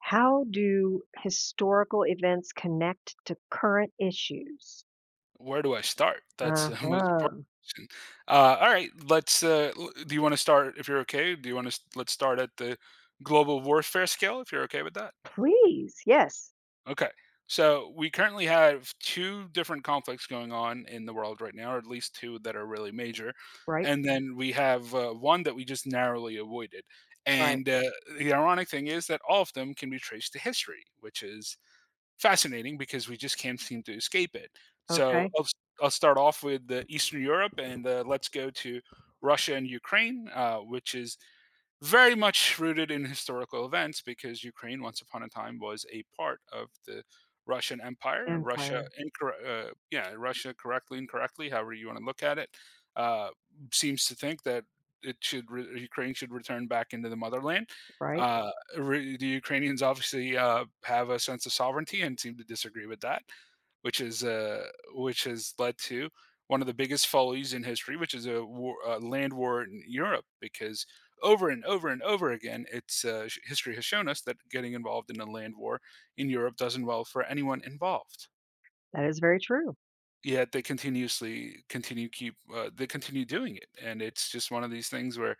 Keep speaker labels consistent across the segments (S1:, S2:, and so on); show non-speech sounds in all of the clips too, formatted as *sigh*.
S1: How do historical events connect to current issues?
S2: Where do I start? That's the *laughs* most important
S1: Uh-huh.
S2: question. All right, let's. L- Do you want to start? If you're okay, do you want to? Let's start at the global warfare scale. If you're okay with that.
S1: Please, yes.
S2: Okay. So we currently have two different conflicts going on in the world right now, or at least two that are really major.
S1: Right,
S2: And then we have one that we just narrowly avoided.
S1: right.
S2: And The ironic thing is that all of them can be traced to history, which is fascinating because we just can't seem to escape it. So
S1: Okay,
S2: I'll, i I'll start off with the Eastern Europe, and let's go to Russia and Ukraine, which is very much rooted in historical events because Ukraine, once upon a time, was a part of the Russian Empire.
S1: empire,
S2: Russia, correctly, incorrectly, however you want to look at it, uh, seems to think that Ukraine should return back into the motherland.
S1: right?
S2: Uh, the Ukrainians obviously have a sense of sovereignty and seem to disagree with that, which is uh, which has led to one of the biggest follies in history, which is a, war, a land war in Europe, because over and over and over again, history has shown us that getting involved in a land war in Europe doesn't well for anyone involved.
S1: That is very true.
S2: Yet they continuously continue keep they continue doing it, and it's just one of these things where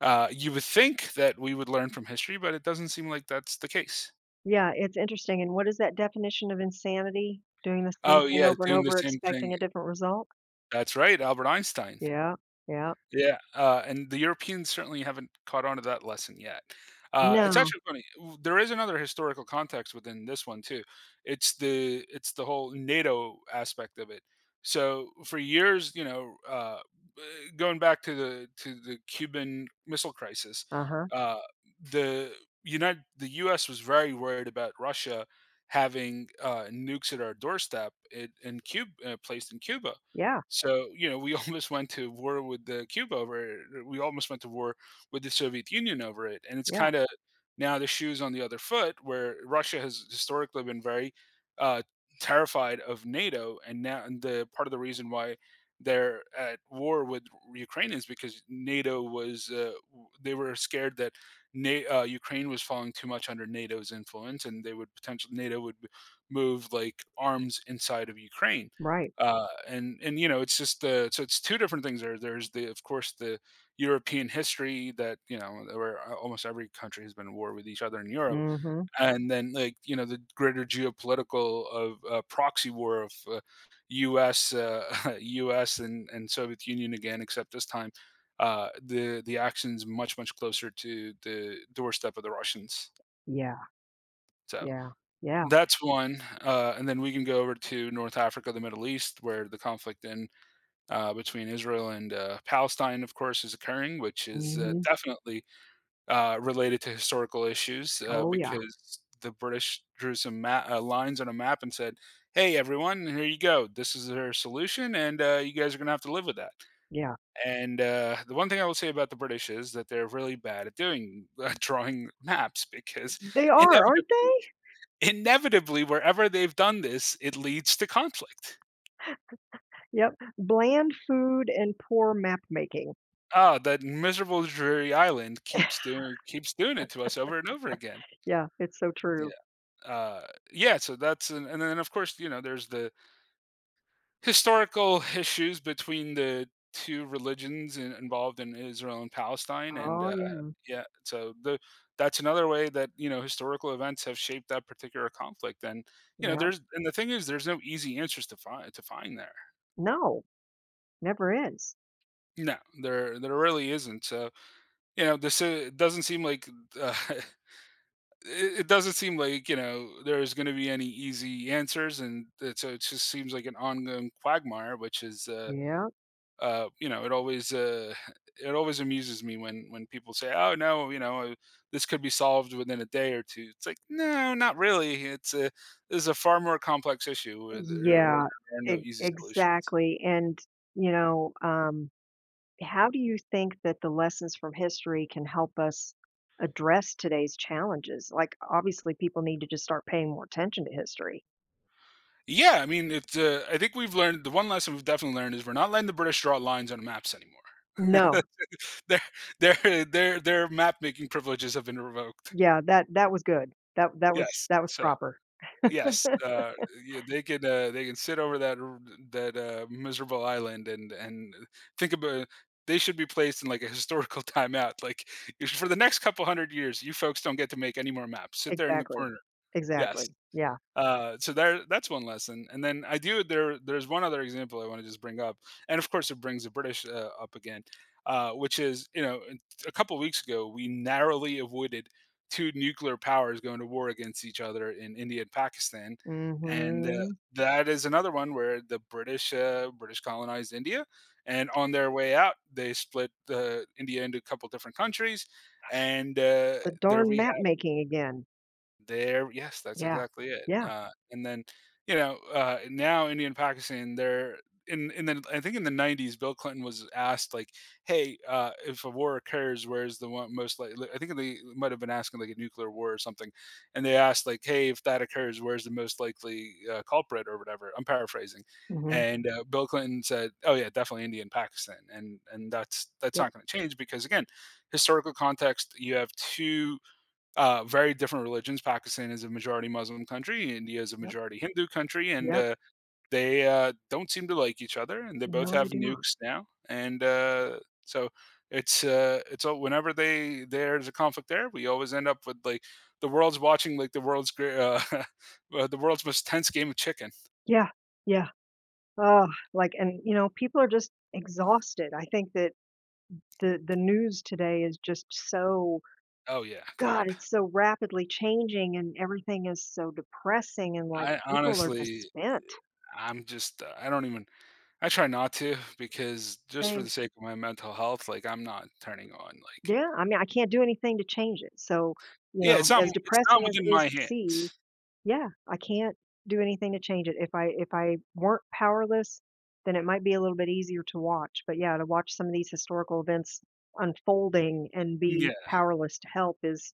S2: you would think that we would learn from history, but it doesn't seem like that's the case.
S1: Yeah, it's interesting, and what is that definition of insanity? Doing the same
S2: Oh
S1: thing
S2: yeah,
S1: over and
S2: doing the
S1: over,
S2: same
S1: expecting
S2: thing.
S1: a different result?
S2: That's right, Albert Einstein.
S1: Yeah, yeah.
S2: Yeah, and the Europeans certainly haven't caught on to that lesson yet. It's
S1: No.
S2: actually funny. There is another historical context within this one too. It's the whole NATO aspect of it. So for years, going back to the Cuban Missile Crisis,
S1: Uh-huh.
S2: uh, the United the U.S. was very worried about Russia having nukes at our doorstep in Cuba, placed in Cuba
S1: Yeah,
S2: so, you know, we *laughs* almost went to war with the Cuba over it. We almost went to war with the Soviet Union over it. And it's
S1: yeah,
S2: kind of now the shoes on the other foot, where Russia has historically been very uh, terrified of NATO, and now and the part of the reason why they're at war with Ukraine is because they were scared that Ukraine was falling too much under NATO's influence, and they would potentially NATO would move like arms inside of Ukraine,
S1: right.
S2: and and you know, it's just the so it's two different things there. There's the of course the European history that you know, where almost every country has been at war with each other in Europe,
S1: Mhm.
S2: and then like you know the greater geopolitical of proxy war of U.S. *laughs* U.S. And Soviet Union again, except this time. The actions much much closer to the doorstep of the Russians.
S1: Yeah,
S2: So
S1: yeah, yeah.
S2: that's one, and then we can go over to North Africa, the Middle East, where the conflict in between Israel and Palestine, of course, is occurring, which is
S1: Mhm.
S2: definitely related to historical issues
S1: Oh, yeah,
S2: because the British drew some lines on a map and said, "Hey, everyone, here you go. This is their solution, and you guys are going to have to live with that."
S1: yeah.
S2: And the one thing I will say about the British is that they're really bad at doing *laughs* drawing maps because
S1: They are, aren't
S2: inevitably,
S1: they?
S2: inevitably, wherever they've done this, it leads to conflict.
S1: Yep, bland food and poor map making.
S2: Oh, that miserable dreary island keeps doing it to us over and over again.
S1: Yeah, it's so
S2: Yeah.
S1: true.
S2: Uh, yeah, so that's an, and then of course, you know, there's the historical *laughs* issues between the two religions involved in Israel and Palestine, and
S1: Oh, yeah.
S2: yeah, so the that's another way that, you know, historical events have shaped that particular conflict. And you know,
S1: Yep.
S2: there's and the thing is there's no easy answers to find there.
S1: No, never is.
S2: No, there really isn't. So, you know, this doesn't seem like uh, *laughs* it doesn't seem like you know there's going to be any easy answers, and it, so it just seems like an ongoing quagmire, which is
S1: Yeah.
S2: you know it always *laughs* it always amuses me when people say, oh no, this could be solved within a day or two. It's like no, not really. It's a This is a far more complex issue where
S1: Yeah,
S2: there are no
S1: e
S2: easy solutions.
S1: exactly, and, you know, um, how do you think that the lessons from history can help us address today's challenges? Like, obviously, people need to just start paying more attention to history.
S2: Yeah, I mean, it's. I think we've learned the one lesson we've definitely learned is we're not letting the British draw lines on maps anymore.
S1: No.
S2: *laughs* Their their map making privileges have been revoked.
S1: Yeah, that was good. That was
S2: Yes,
S1: that was
S2: so
S1: proper. *laughs*
S2: yes, yeah, they can sit over that, miserable island and think about they should be placed in, like, a historical *laughs* timeout, like, "For the next couple 100 years, you folks don't get to make any more maps. Sit there in the
S1: Exactly.
S2: corner."
S1: Exactly.
S2: Yes.
S1: Yeah.
S2: So there, that's one lesson. And then I do there. There's one other example I want to just bring up, and of course it brings the British up again, which is you know a couple weeks ago we narrowly avoided two nuclear powers going to war against each other in India and Pakistan, and
S1: Mhm.
S2: that is another one where the British colonized India, and on their way out they split India into a couple different countries, and
S1: The
S2: there
S1: darn
S2: we
S1: map making again.
S2: there yes, that's
S1: Yeah.
S2: exactly it,
S1: Yeah.
S2: and then, you know, now India and Pakistan, they're in the I think in the '90s, Bill Clinton was asked, like, "Hey, if a war occurs, where's the one most likely." I think they might have been asking, like, a nuclear war or something, and they asked, like, "Hey, if that occurs, where's the most likely, culprit or whatever?" I'm paraphrasing,
S1: Mhm.
S2: and, Bill Clinton said, "Oh, yeah, definitely India and Pakistan," and that's
S1: Yep,
S2: not gonna change because, again, historical context, you have 2 very different religions. Pakistan is a majority Muslim country. India is a
S1: yep,
S2: majority Hindu country, and
S1: yep.
S2: they don't seem to like each other. And they both
S1: No, they
S2: have
S1: do not.
S2: nukes now, and so it's all, whenever they there's a conflict there, we always end up with like the world's great, *laughs* the world's most tense game of chicken.
S1: Yeah, yeah. Ugh, like, and, you know, people are just exhausted. I think that the news today is just so.
S2: Oh yeah,
S1: God,
S2: God,
S1: it's so rapidly changing and everything is so depressing and, like,
S2: I
S1: people are just
S2: honestly.
S1: spent.
S2: I'm just I don't even I try not to because just for the
S1: Same.
S2: sake of my mental health, like I'm not turning on like
S1: Yeah, I mean, I can't do anything to change it, so, you, yeah,
S2: Yeah,
S1: know, as
S2: it's
S1: depressing
S2: not
S1: as it
S2: within
S1: is
S2: my
S1: to see,
S2: hands.
S1: yeah, I can't do anything to change it. If I weren't powerless, then it might be a little bit easier to watch, but yeah, to watch some of these historical events unfolding and
S2: Yeah,
S1: be powerless to help is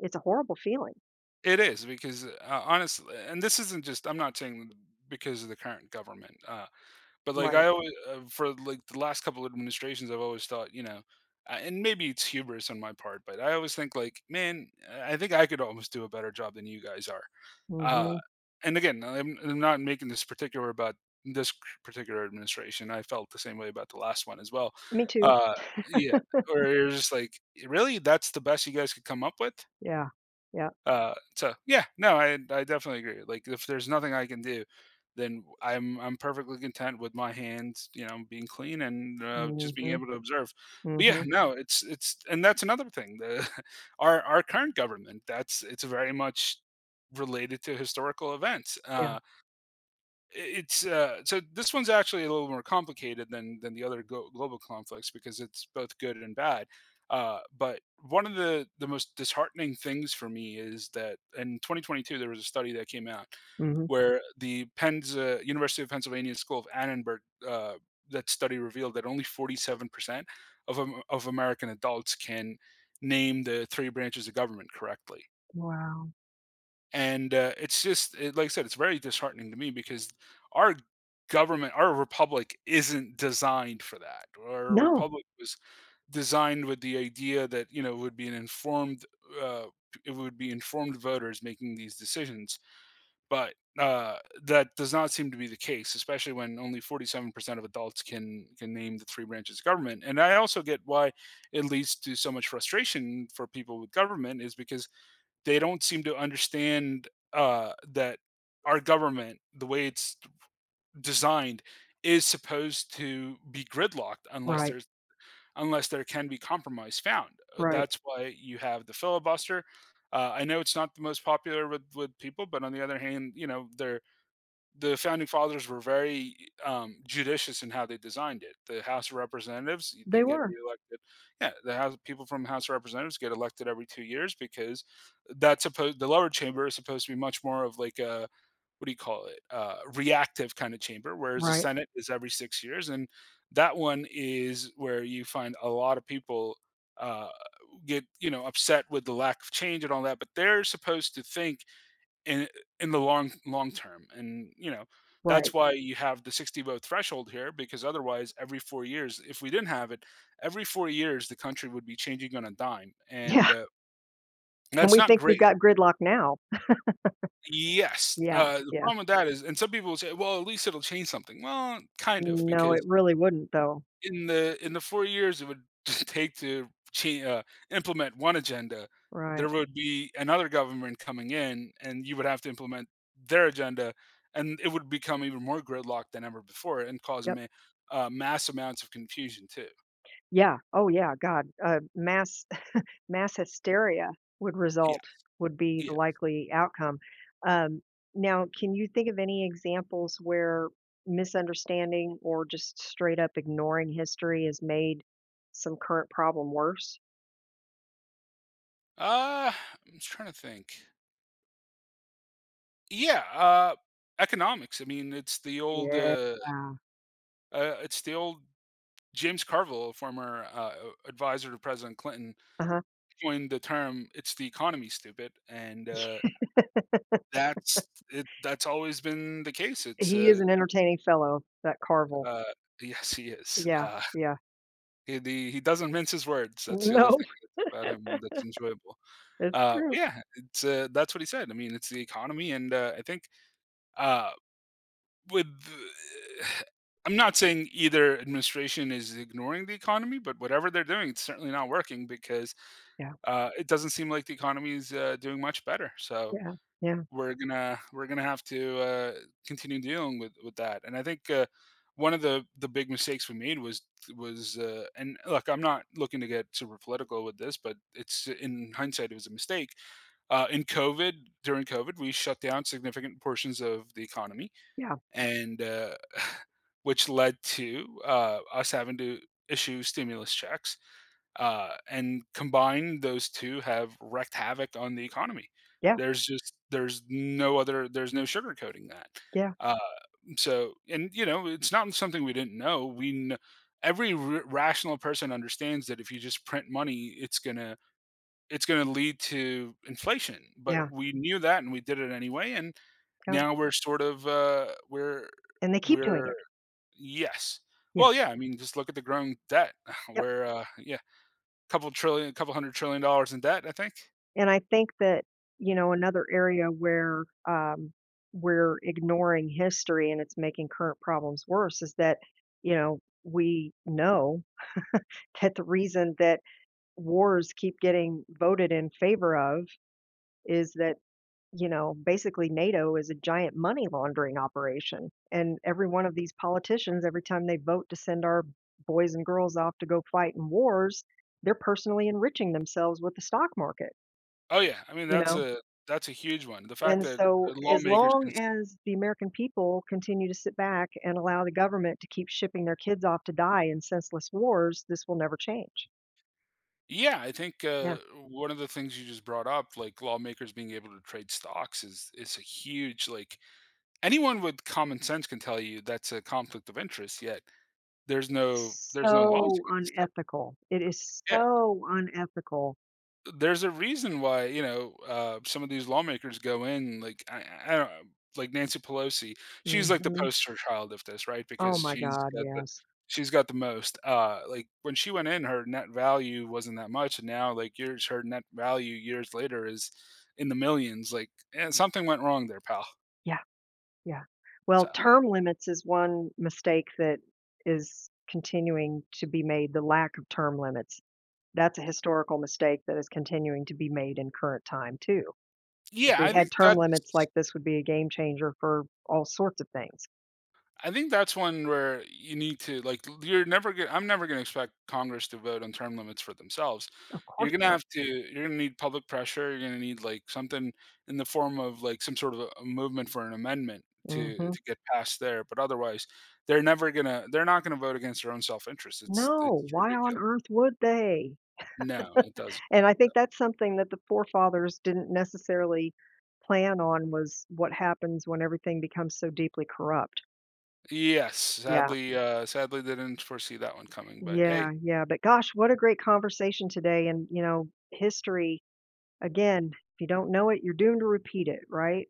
S1: it's a horrible feeling.
S2: it is because, honestly and this isn't just I'm not saying because of the current government, but, like,
S1: Right.
S2: I always for, like, the last couple of administrations, I've always thought, you know, and maybe it's hubris on my part, but I always think, like, "Man, I think I could almost do a better job than you guys are." Uh,
S1: Mhm.
S2: and again, I'm not making this particular about this c- particular administration, I felt the same way about the last one as well.
S1: Me too.
S2: Uh, yeah, or you're just like, "Really? That's the best you guys could come up with?"
S1: Yeah. Yeah.
S2: So yeah, no, I definitely agree. Like if there's nothing I can do, then I'm perfectly content with my hands, you know, being clean, and just being
S1: Mhm.
S2: able to observe. But yeah,
S1: Mhm.
S2: no, it's and that's another thing. The *laughs* our current government, that's it's very much related to historical events.
S1: Yeah.
S2: It's so this one's actually a little more complicated than the global conflicts because it's both good and bad. But one of the most disheartening things for me is that in 2022 there was a study that came out
S1: Mhm.
S2: where University of Pennsylvania School of Annenberg, uh, that study revealed that only 47% of, of American adults can name the three branches of government correctly.
S1: Wow.
S2: And it's just like I said, it's very disheartening to me because our government, our republic, isn't designed for that. Our
S1: No.
S2: republic was designed with the idea that, you know, it would be an informed uh, it would be informed voters making these decisions. But uh, that does not seem to be the case, especially when only 47% of adults can name the three branches of government. And I also get why it leads to so much frustration for people with government, is because they don't seem to understand that our government, the way it's designed, is supposed to be gridlocked unless
S1: Right.
S2: there's unless there can be compromise found.
S1: Right.
S2: That's why you have the filibuster. I know it's not the most popular with, people, but on the other hand, you know, the founding fathers were very judicious in how they designed it. The House of Representatives, they
S1: They
S2: get
S1: were.
S2: reelected. Yeah, the House, people from the House of Representatives get elected every 2 years because that's supposed the lower chamber is supposed to be much more of like a, what do you call it, reactive kind of chamber, whereas the
S1: Right.
S2: Senate is every 6 years, and that one is where you find a lot of people uh, get, you know, upset with the lack of change and all that, but they're supposed to think in in the long long term, and, you know, that's
S1: Right.
S2: why you have the 60 vote threshold here, because otherwise every 4 years, if we didn't have it, every 4 years the country would be changing on a dime, and,
S1: Yeah. And
S2: that's
S1: we
S2: not
S1: think we've
S2: great.
S1: got gridlock now.
S2: Yes,
S1: Yeah,
S2: the
S1: yeah.
S2: problem with that is, and some people will say, "Well, at least it'll change something." Well, kind of,
S1: No,
S2: because
S1: it really wouldn't though.
S2: in the 4 years it would *laughs* take to cha uh, implement one agenda,
S1: Right.
S2: there would be another government coming in, and you would have to implement their agenda, and it would become even more gridlocked than ever before and cause
S1: Yep.
S2: ma mass amounts of confusion too.
S1: Yeah. Oh, yeah, god, mass *laughs* mass hysteria would
S2: Yeah,
S1: result would be the
S2: yeah.
S1: likely outcome. Um, Now can you think of any examples where misunderstanding or just straight up ignoring history has made some current problem worse?
S2: Uh, I'm just trying to think. Yeah, economics. I mean,
S1: Yeah.
S2: it's the old James Carville, former, advisor to President Clinton,
S1: Uh-huh. *laughs*
S2: coined the term "It's the economy, stupid," and, that's always been the case.
S1: He is an entertaining fellow, that Carvel.
S2: Uh yes, he is.
S1: Yeah, yeah.
S2: He doesn't mince his words. That's the other
S1: No,
S2: thing about him that's enjoyable.
S1: *laughs* it's true.
S2: But yeah, it's, that's what he said. I mean, it's the economy, and, I think, uh, with, *sighs* I'm not saying either administration is ignoring the economy, but whatever they're doing, it's certainly not working because,
S1: Yeah.
S2: it doesn't seem like the economy is, doing much better. So
S1: Yeah, yeah,
S2: we're gonna have to continue dealing with that. And I think one of the big mistakes we made was and look, I'm not looking to get super political with this, but it's, in hindsight, it was a mistake. Uh, in COVID, During COVID, we shut down significant portions of the economy,
S1: yeah,
S2: and *sighs* which led to us having to issue stimulus checks, and combined, those 2 have wreaked havoc on the economy.
S1: yeah,
S2: There's just there's no sugarcoating that.
S1: yeah,
S2: Um, so, and, you know, it's not something we didn't know. We kn Every r rational person understands that if you just print money, it's gonna lead to inflation, but
S1: yeah,
S2: we knew that, and we did it anyway, and
S1: yep,
S2: now we're sort of, we're
S1: and they keep doing
S2: we're
S1: it.
S2: yes.
S1: Yeah,
S2: Well, yeah, I mean, just look at the growing debt. *laughs*
S1: yep,
S2: We're, you couple trillion, couple hundred trillion dollars in debt, I think.
S1: and I think that, another area where, we're ignoring history and it's making current problems worse is that, we know *laughs* that the reason that wars keep getting voted in favor of is that you know, basically NATO is a giant money laundering operation. And every one of these politicians, every time they vote to send our boys and girls off to go fight in wars, they're personally enriching themselves with the stock market,
S2: Oh, yeah, I mean,
S1: you, yeah,
S2: that's
S1: know?
S2: a huge one. The fact
S1: And
S2: that
S1: so, as
S2: lawmakers can
S1: long
S2: s
S1: as the American people continue to sit back and allow the government to keep shipping their kids off to die in senseless wars, this will never change.
S2: yeah, I think,
S1: Yeah.
S2: one of the things you just brought up, like, lawmakers being able to trade stocks is a huge, like, anyone with common sense can tell you that's a conflict of interest, yet there's no laws
S1: So
S2: against it.
S1: unethical. It is
S2: Yeah.
S1: so unethical.
S2: There's a reason why, you know, some of these lawmakers go in, like I don't like Nancy Pelosi. She's like the
S1: Hmm.
S2: poster child of this, right?
S1: Oh
S2: Because
S1: my God. Yes.
S2: she's got the most. Like when she went in, her net value wasn't that much, and now, like, years her net value years later is in the millions. Like, eh, something went wrong there, pal.
S1: Yeah, yeah. Well,
S2: So
S1: term limits is one mistake that is continuing to be made, the lack of term limits. That's a historical mistake that is continuing to be made in current time too. If
S2: yeah,
S1: we had term limits, like, this would be a game changer for all sorts of things.
S2: I think that's one where you need to, you're never gonna, I'm never gonna expect Congress to vote on term limits for themselves.
S1: Of
S2: You're
S1: course
S2: gonna
S1: not.
S2: have to, you're gonna need public pressure, you're gonna need like something in the form of like some sort of a movement for an amendment to
S1: Mhm.
S2: get past there. But otherwise they're never gonna, they're not gonna vote against their own self interest. It's
S1: No, why on
S2: ridiculous.
S1: earth would they?
S2: No, it doesn't.
S1: And I think that's something that the forefathers didn't necessarily plan on was what happens when everything becomes so deeply corrupt.
S2: Yes,
S1: Yeah.
S2: sadly, sadly they didn't foresee that one coming. But hey,
S1: Yeah, yeah, but gosh, what a great conversation today and, history, again, if you don't know it, you're doomed to repeat it, right?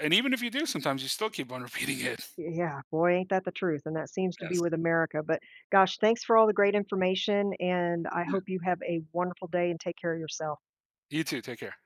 S2: and even if you do, sometimes you still keep on *laughs* repeating it.
S1: Yeah, boy, ain't that the truth, and that seems to be
S2: Yes.
S1: with America, but gosh, thanks for all the great information, and I hope you have a wonderful day and take care of yourself.
S2: You too, take care.